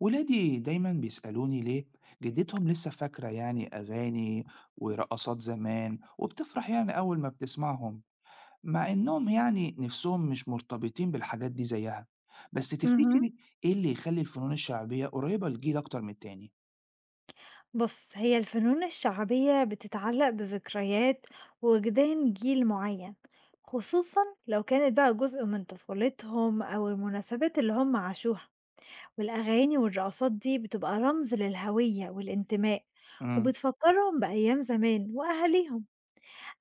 ولادي دايما بيسألوني ليه جدتهم لسه فاكرة يعني أغاني ورقصات زمان وبتفرح يعني أول ما بتسمعهم مع إنهم يعني نفسهم مش مرتبطين بالحاجات دي زيها بس اهم. تفتكري إيه اللي يخلي الفنون الشعبية قريبة للجيل أكتر من التاني؟ بُص، هي الفنون الشعبية بتتعلق بذكريات وجدان جيل معين، خصوصًا لو كانت بقى جزء من طفولتهم أو المناسبات اللي هم عاشوها، والأغاني والرقصات دي بتبقى رمز للهوية والانتماء، امم. وبتفكرهم بأيام زمان وأهاليهم.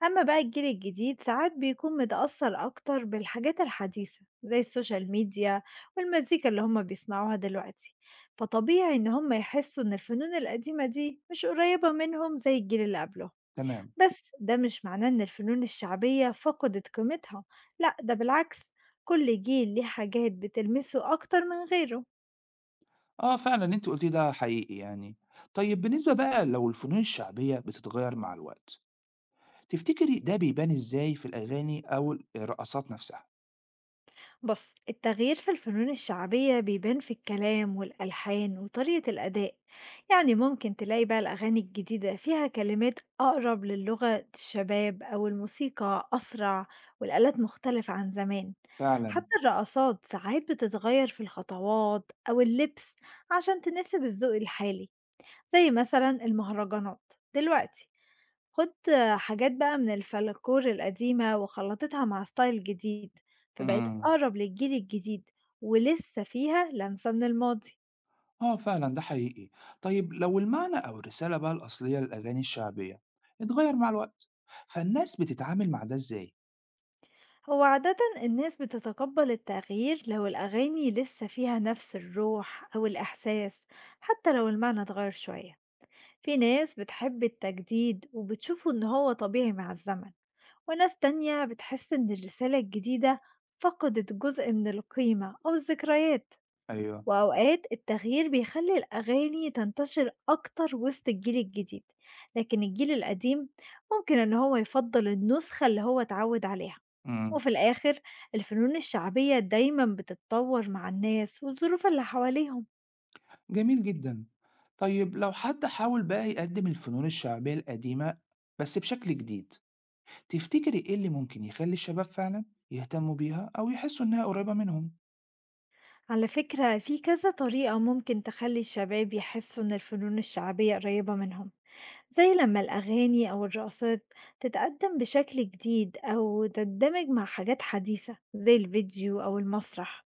أما بقى الجيل الجديد ساعات بيكون متأثر أكتر بالحاجات الحديثة زي السوشيال ميديا والمزيكا اللي هما بيسمعوها دلوقتي، فطبيعي إن هما يحسوا إن الفنون القديمة دي مش قريبة منهم زي الجيل اللي قبله. تمام. بس ده مش معناه إن الفنون الشعبية فقدت قيمتها، لأ ده بالعكس، كل جيل ليه حاجات بتلمسه أكتر من غيره. آه فعلا اللي أنت قلتيه ده حقيقي يعني. طيب بالنسبة بقى لو الفنون الشعبية بتتغير مع الوقت تفتكري ده بيبان إزاي في الأغاني أو الرقصات نفسها؟ بص التغيير في الفنون الشعبية بيبان في الكلام والألحان وطريقة الأداء. يعني ممكن تلاقي بقى الأغاني الجديدة فيها كلمات أقرب للغة الشباب أو الموسيقى أسرع والآلات مختلفة عن زمان. فعلا. حتى الرقصات ساعات بتتغير في الخطوات أو اللبس عشان تناسب الذوق الحالي، زي مثلا المهرجانات دلوقتي، خُدت حاجات بقى من الفلكلور القديمة وخلّطتها مع ستايل جديد، فبقت امم. أقرب للجيل الجديد ولسه فيها لمسة من الماضي. آه فعلا ده حقيقي. طيب لو المعنى أو الرسالة بقى الأصلية للأغاني الشعبية اتغير مع الوقت فالناس بتتعامل مع ده إزاي؟ هو عادةً الناس بتتقبّل التغيير لو الأغاني لسه فيها نفس الروح أو الإحساس، حتى لو المعنى اتغيّر شوية. في ناس بتحب التجديد وبتشوفه إن هو طبيعي مع الزمن، وناس تانية بتحس إن الرسالة الجديدة فقدت جزء من القيمة أو الذكريات. أيوه. وأوقات التغيير بيخلي الأغاني تنتشر أكتر وسط الجيل الجديد، لكن الجيل القديم ممكن إن هو يفضل النسخة اللي هو اتعود عليها. امم. وفي الآخر الفنون الشعبية دايما بتتطور مع الناس والظروف اللي حواليهم. جميل جدا. طيب لو حد حاول بقى يقدم الفنون الشعبية القديمة بس بشكل جديد تفتكري إيه اللي ممكن يخلي الشباب فعلا يهتموا بيها أو يحسوا إنها قريبة منهم؟ على فكرة في كذا طريقة ممكن تخلي الشباب يحسوا إن الفنون الشعبية قريبة منهم، زي لما الأغاني أو الرقصات تتقدم بشكل جديد أو تندمج مع حاجات حديثة زي الفيديو أو المسرح.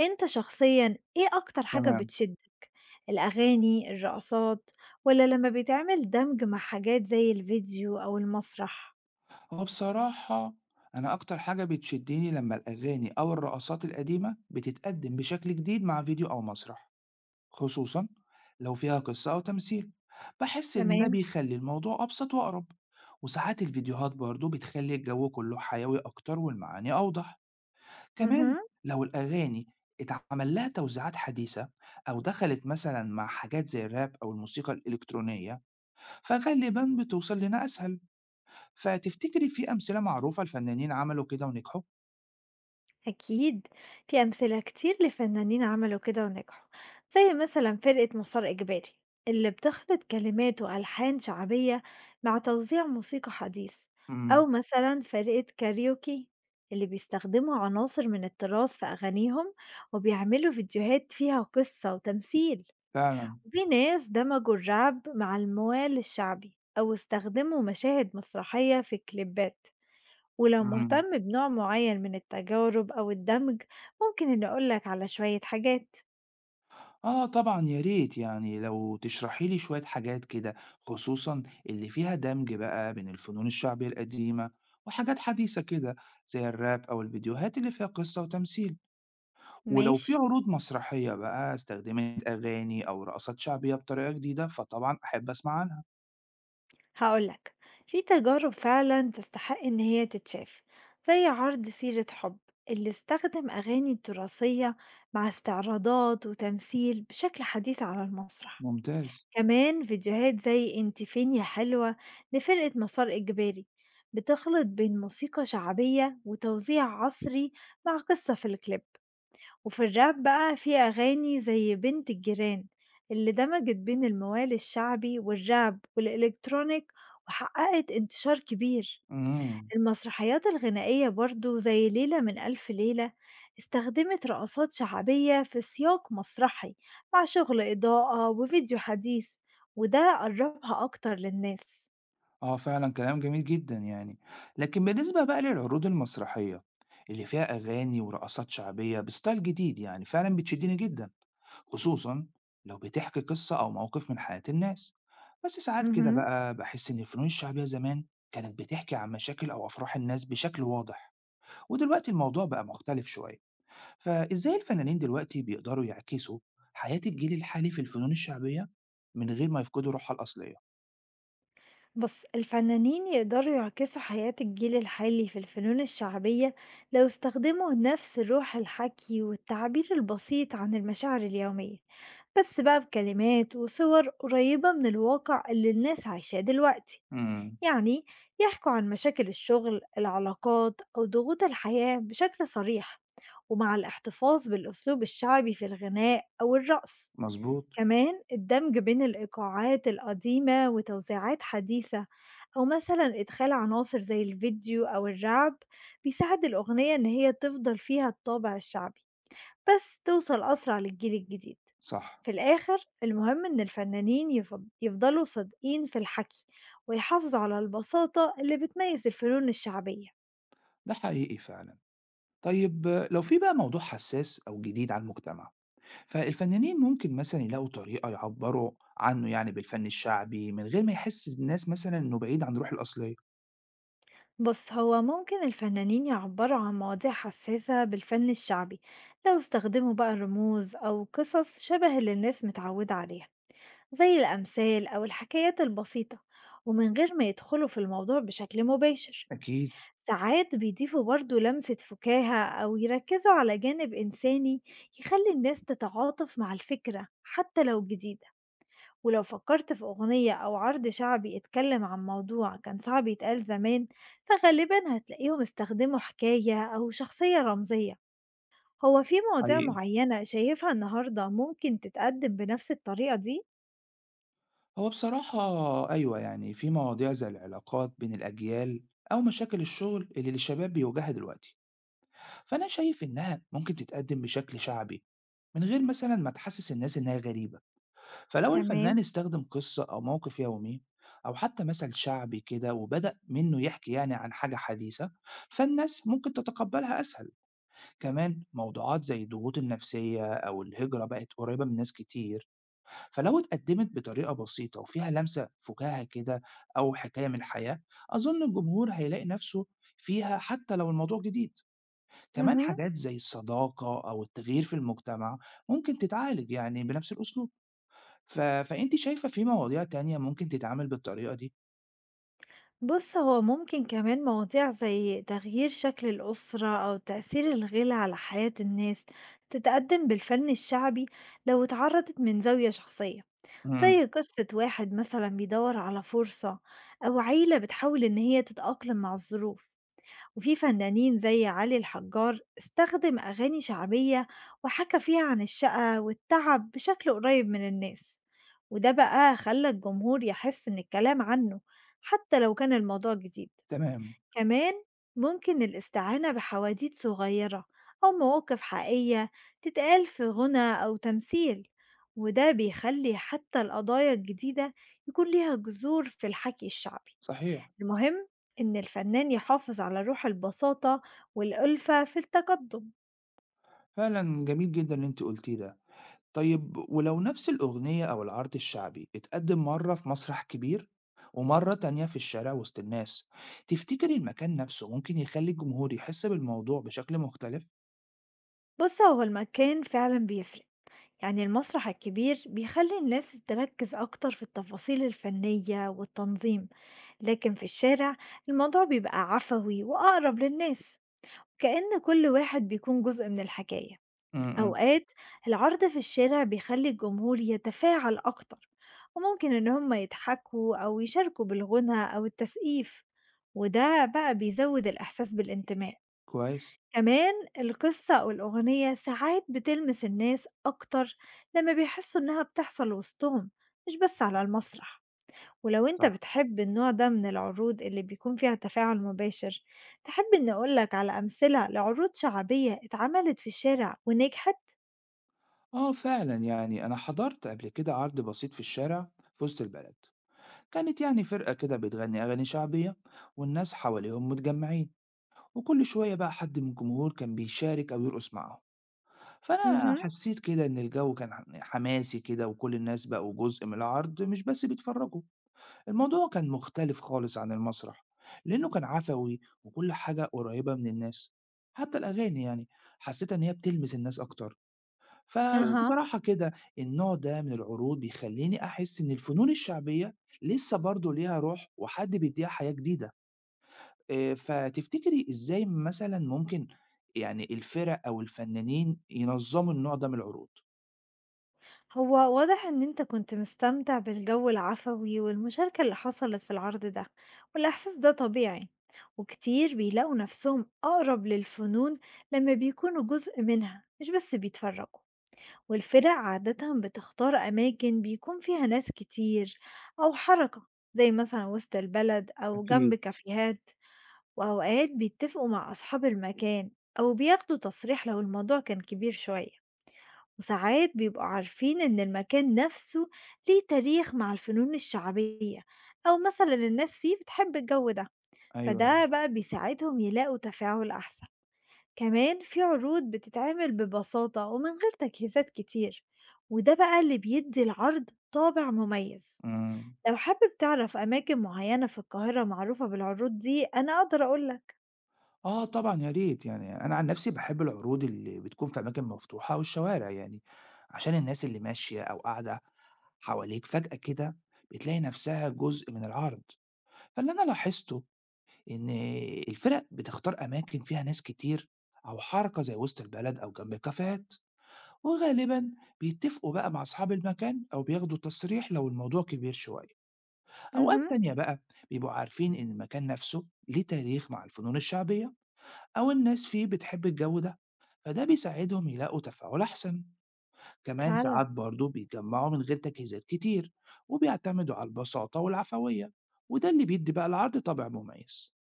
أنت شخصيًا إيه أكتر حاجة تمام. بتشدّك، الأغاني، الرقصات، والّا لمّا بيتعمل دمج مع حاجات زي الفيديو أو المسرح؟ هو بصراحة أنا أكتر حاجة بتشدني لما الأغاني أو الرقصات القديمة بتتقدم بشكل جديد مع فيديو أو مسرح، خصوصًا لو فيها قصة أو تمثيل، باحس إن ده تمام، بيخلّي الموضوع أبسط وأقرب، وساعات الفيديوهات برضه بتخلّي الجو كلّه حيوي أكتر والمعاني أوضح، كمان اهم، لو الأغاني اتعمل لها توزيعات حديثة أو دخلت مثلًا مع حاجات زي الراب أو الموسيقى الإلكترونية، فغالبًا بتوصل لنا أسهل، فتفتكري في أمثلة معروفة لفنانين عملوا كده ونجحوا؟ أكيد في أمثلة كتير لفنانين عملوا كده ونجحوا، زي مثلًا فرقة مسار إجباري اللي بتخلط كلمات وألحان شعبية مع توزيع موسيقى حديث، إمم، أو مثلًا فرقة كاريوكي اللي بيستخدموا عناصر من التراث في أغانيهم وبيعملوا فيديوهات فيها قصة وتمثيل. فعلًا، في ناس دمجوا الرعب مع الموال الشعبي أو استخدموا مشاهد مسرحية في كليبات، ولو إمم. مهتم بنوع معين من التجارب أو الدمج ممكن إني أقولك على شوية حاجات. آه طبعًا يا ريت يعني لو تشرحي لي شوية حاجات كده، خصوصًا اللي فيها دمج بقى بين الفنون الشعبية القديمة وحاجات حديثة كده، زي الراب أو الفيديوهات اللي فيها قصة وتمثيل، ولو في ماشي، عروض مسرحية بقى استخدمت أغاني أو رقصات شعبية بطريقة جديدة، فطبعًا أحب أسمع عنها. هقولك في تجارب فعلا تستحق إن هي تتشاف، زي عرض سيرة حب اللي استخدم أغاني تراثية مع استعراضات وتمثيل بشكل حديث على المسرح. ممتاز. كمان فيديوهات زي انت فين يا حلوة لفرقة مسار إجباري بتخلط بين موسيقى شعبية وتوزيع عصري مع قصة في الكليب. وفي الراب بقى في أغاني زي بنت الجيران اللي دمجت بين الموال الشعبي والراب والإلكترونيك وحققت انتشار كبير. إمم. المسرحيات الغنائية برضه زي ليلة من ألف ليلة استخدمت رقصات شعبية في سياق مسرحي مع شغل إضاءة وفيديو حديث، وده قربها أكتر للناس. آه فعلًا كلام جميل جدًا يعني. لكن بالنسبة بقى للعروض المسرحية اللي فيها أغاني ورقصات شعبية بستايل جديد يعني، فعلًا بتشدني جدًا. خصوصًا لو بتحكي قصة أو موقف من حياة الناس، بس ساعات كده مهم. بقى باحس إن الفنون الشعبية زمان كانت بتحكي عن مشاكل أو أفراح الناس بشكل واضح، ودلوقتي الموضوع بقى مختلف شوية، فإزاي الفنانين دلوقتي بيقدروا يعكسوا حياة الجيل الحالي في الفنون الشعبية من غير ما يفقدوا روحها الأصلية؟ بص الفنانين يقدروا يعكسوا حياة الجيل الحالي في الفنون الشعبية لو استخدموا نفس روح الحكي والتعبير البسيط عن المشاعر اليومية، بس بقى بكلمات وصور قريبة من الواقع اللي الناس عايشاه دلوقتي. إمم، يعني يحكوا عن مشاكل الشغل، العلاقات أو ضغوط الحياة بشكل صريح ومع الاحتفاظ بالأسلوب الشعبي في الغناء أو الرقص. مضبوط، كمان الدمج بين الإيقاعات القديمة وتوزيعات حديثة أو مثلا إدخال عناصر زي الفيديو أو الرعب بيساعد الأغنية إن هي تفضل فيها الطابع الشعبي بس توصل أسرع للجيل الجديد. صح، في الآخر المهم إن الفنانين يفضلوا صادقين في الحكي، ويحافظوا على البساطة اللي بتميز الفنون الشعبية. ده حقيقي فعلًا. طيب لو في بقى موضوع حساس أو جديد على المجتمع فالفنانين ممكن مثلا يلاقوا طريقة يعبروا عنه يعني بالفن الشعبي من غير ما يحس الناس مثلا إنه بعيد عن روح الأصلية. بُص، هو ممكن الفنانين يعبّروا عن مواضيع حساسة بالفن الشعبي لو استخدموا بقى رموز أو قصص شبه اللي الناس متعودة عليها، زي الأمثال أو الحكايات البسيطة، ومن غير ما يدخلوا في الموضوع بشكل مباشر. أكيد. ساعات بيضيفوا برضه لمسة فكاهة أو يركزوا على جانب إنساني يخلي الناس تتعاطف مع الفكرة حتى لو جديدة. ولو فكرت في أغنية أو عرض شعبي اتكلم عن موضوع كان صعب يتقال زمان، فغالبا هتلاقيهم استخدموا حكاية أو شخصية رمزية. هو في مواضيع حقيقي. معينة شايفها النهاردة ممكن تتقدم بنفس الطريقة دي؟ هو بصراحة أيوة يعني في مواضيع زي العلاقات بين الأجيال أو مشاكل الشغل اللي الشباب بيواجهها دلوقتي، فأنا شايف إنها ممكن تتقدم بشكل شعبي من غير مثلا ما تحسس الناس إنها غريبة. فلو تمام. الفنان استخدم قصة أو موقف يومي أو حتى مثل شعبي كده وبدأ منه يحكي يعني عن حاجة حديثة فالناس ممكن تتقبلها أسهل. كمان موضوعات زي الضغوط النفسية أو الهجرة بقت قريبة من ناس كتير، فلو اتقدمت بطريقة بسيطة وفيها لمسة فكاهة كده أو حكاية من الحياة أظن الجمهور هيلاقي نفسه فيها حتى لو الموضوع جديد. كمان مهم. حاجات زي الصداقة أو التغيير في المجتمع ممكن تتعالج يعني بنفس الأسلوب. ف فأنتِ شايفة في مواضيع تانية ممكن تتعامل بالطريقة دي؟ بُص، هو ممكن كمان مواضيع زي تغيير شكل الأسرة أو تأثير الغِلى على حياة الناس تتقدم بالفن الشعبي لو اتعرضت من زاوية شخصية، إمم، زي قصة واحد مثلًا بيدور على فرصة أو عيلة بتحاول إن هي تتأقلم مع الظروف. وفي فنانين زي علي الحجار استخدم أغاني شعبية وحكى فيها عن الشقة والتعب بشكل قريب من الناس، وده بقى خلى الجمهور يحس إن الكلام عنه حتى لو كان الموضوع جديد. تمام، كمان ممكن الاستعانة بحواديت صغيرة أو مواقف حقيقية تتقال في غنى أو تمثيل، وده بيخلي حتى القضايا الجديدة يكون ليها جذور في الحكي الشعبي. صحيح، المهم إن الفنان يحافظ على روح البساطة والألفة في التقدم. فعلًا جميل جدًا اللي أنتِ قُلتيه ده. طيب ولو نفس الأغنية أو العرض الشعبي اتقدم مرّة في مسرح كبير ومرّة تانية في الشارع وسط الناس، تفتكري المكان نفسه ممكن يخلّي الجمهور يحس بالموضوع بشكل مختلف؟ بص هو المكان فعلا بيفرق. يعني المسرح الكبير بيخلي الناس تركز أكتر في التفاصيل الفنية والتنظيم، لكن في الشارع الموضوع بيبقى عفوي وأقرب للناس، كأن كل واحد بيكون جزء من الحكاية. إمم، إمم. أوقات العرض في الشارع بيخلي الجمهور يتفاعل أكتر، وممكن إن هم يضحكوا أو يشاركوا بالغنى أو التسقيف، وده بقى بيزود الإحساس بالانتماء. كويس، كمان القصة أو الأغنية ساعات بتلمس الناس أكتر لما بيحسوا إنها بتحصل وسطهم مش بس على المسرح. ولو أنت صح. بتحب النوع ده من العروض اللي بيكون فيها تفاعل مباشر، تحب إني أقولك على أمثلة لعروض شعبية اتعملت في الشارع ونجحت؟ آه فعلًا، يعني أنا حضرت قبل كده عرض بسيط في الشارع في وسط البلد، كانت يعني فرقة كده بتغني أغاني شعبية والناس حواليهم متجمعين وكل شوية بقى حد من الجمهور كان بيشارك أو يرقص معاهم، فأنا مهم. حسيت كده إن الجو كان حماسي كده وكل الناس بقوا جزء من العرض مش بس بيتفرجوا. الموضوع كان مختلف خالص عن المسرح لأنه كان عفوي وكل حاجة قريبة من الناس، حتى الأغاني يعني حسيت إن هي بتلمس الناس أكتر. أها. فبصراحة كده النوع ده من العروض بيخلّيني أحس إن الفنون الشعبية لسه برضه ليها روح وحد بيدّيها حياة جديدة، فتفتكري إزاي مثلًا ممكن يعني الفرق أو الفنانين ينظّموا النوع ده من العروض؟ هو واضح إن أنت كنت مستمتع بالجو العفوي والمشاركة اللي حصلت في العرض ده، والإحساس ده طبيعي، وكتير بيلاقوا نفسهم أقرب للفنون لما بيكونوا جزء منها مش بس بيتفرجوا. والفرق عادة بتختار أماكن بيكون فيها ناس كتير أو حركة، زي مثلا وسط البلد أو أكيد، جنب كافيهات. وأوقات بيتفقوا مع أصحاب المكان أو بياخدوا تصريح لو الموضوع كان كبير شوية. وساعات بيبقوا عارفين إن المكان نفسه ليه تاريخ مع الفنون الشعبية أو مثلا الناس فيه بتحب الجو ده، أيوه، أيوه، فده بقى بيساعدهم يلاقوا تفاعل أحسن. كمان في عروض بتتعمل ببساطة ومن غير تجهيزات كتير، وده بقى اللي بيدي العرض طابع مميز. إمم. لو حابب تعرف أماكن معينة في القاهرة معروفة بالعروض دي أنا أقدر أقولك. آه طبعًا يا ريت، يعني أنا عن نفسي باحب العروض اللي بتكون في أماكن مفتوحة والشوارع يعني، عشان الناس اللي ماشية أو قاعدة حواليك فجأة كده بتلاقي نفسها جزء من العرض، فاللي أنا لاحظته إن الفرق بتختار أماكن فيها ناس كتير أو حركة زي وسط البلد أو جنب كافيهات، وغالبا بيتفقوا بقى مع أصحاب المكان أو بياخدوا تصريح لو الموضوع كبير شوية. أوقات مهم. تانية بقى بيبقوا عارفين إن المكان نفسه ليه تاريخ مع الفنون الشعبية أو الناس فيه بتحب الجو ده، فده بيساعدهم يلاقوا تفاعل أحسن. كمان فعلا. ساعات برضه بيتجمعوا من غير تجهيزات كتير وبيعتمدوا على البساطة والعفوية، وده اللي بيدي بقى العرض طابع مميز.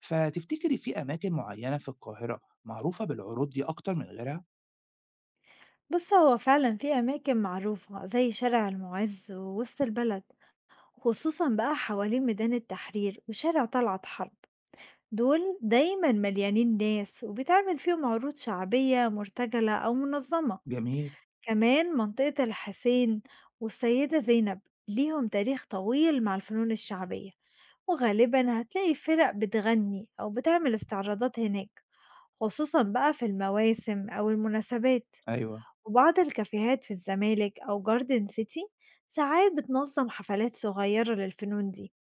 فتفتكري في أماكن معينة في القاهرة معروفة بالعروض دي أكتر من غيرها؟ بص هو فعلا في أماكن معروفة زي شارع المعز ووسط البلد، خصوصا بقى حوالين ميدان التحرير وشارع طلعت حرب، دول دايما مليانين ناس وبيتعمل فيهم عروض شعبية مرتجلة أو منظمة. جميل، كمان منطقة الحسين والسيدة زينب ليهم تاريخ طويل مع الفنون الشعبية، وغالبا هتلاقي فرق بتغني أو بتعمل استعراضات هناك، خصوصا بقى في المواسم أو المناسبات. أيوه، وبعض الكافيهات في الزمالك أو جاردن سيتي ساعات بتنظم حفلات صغيرة للفنون دي،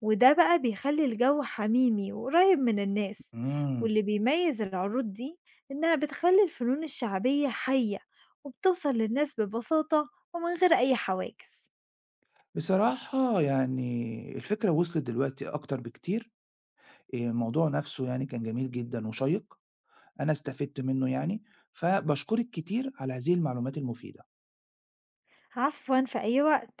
وده بقى بيخلّي الجو حميمي وقريب من الناس، إمم. واللي بيميز العروض دي إنها بتخلّي الفنون الشعبية حية وبتوصل للناس ببساطة ومن غير أي حواجز. بصراحة يعني الفكرة وصلت دلوقتي أكتر بكتير، الموضوع نفسه يعني كان جميل جدًا وشيّق، أنا استفدت منه يعني، فباشكرِك كتير على هذه المعلومات المفيدة. عفوًا، في أي وقت.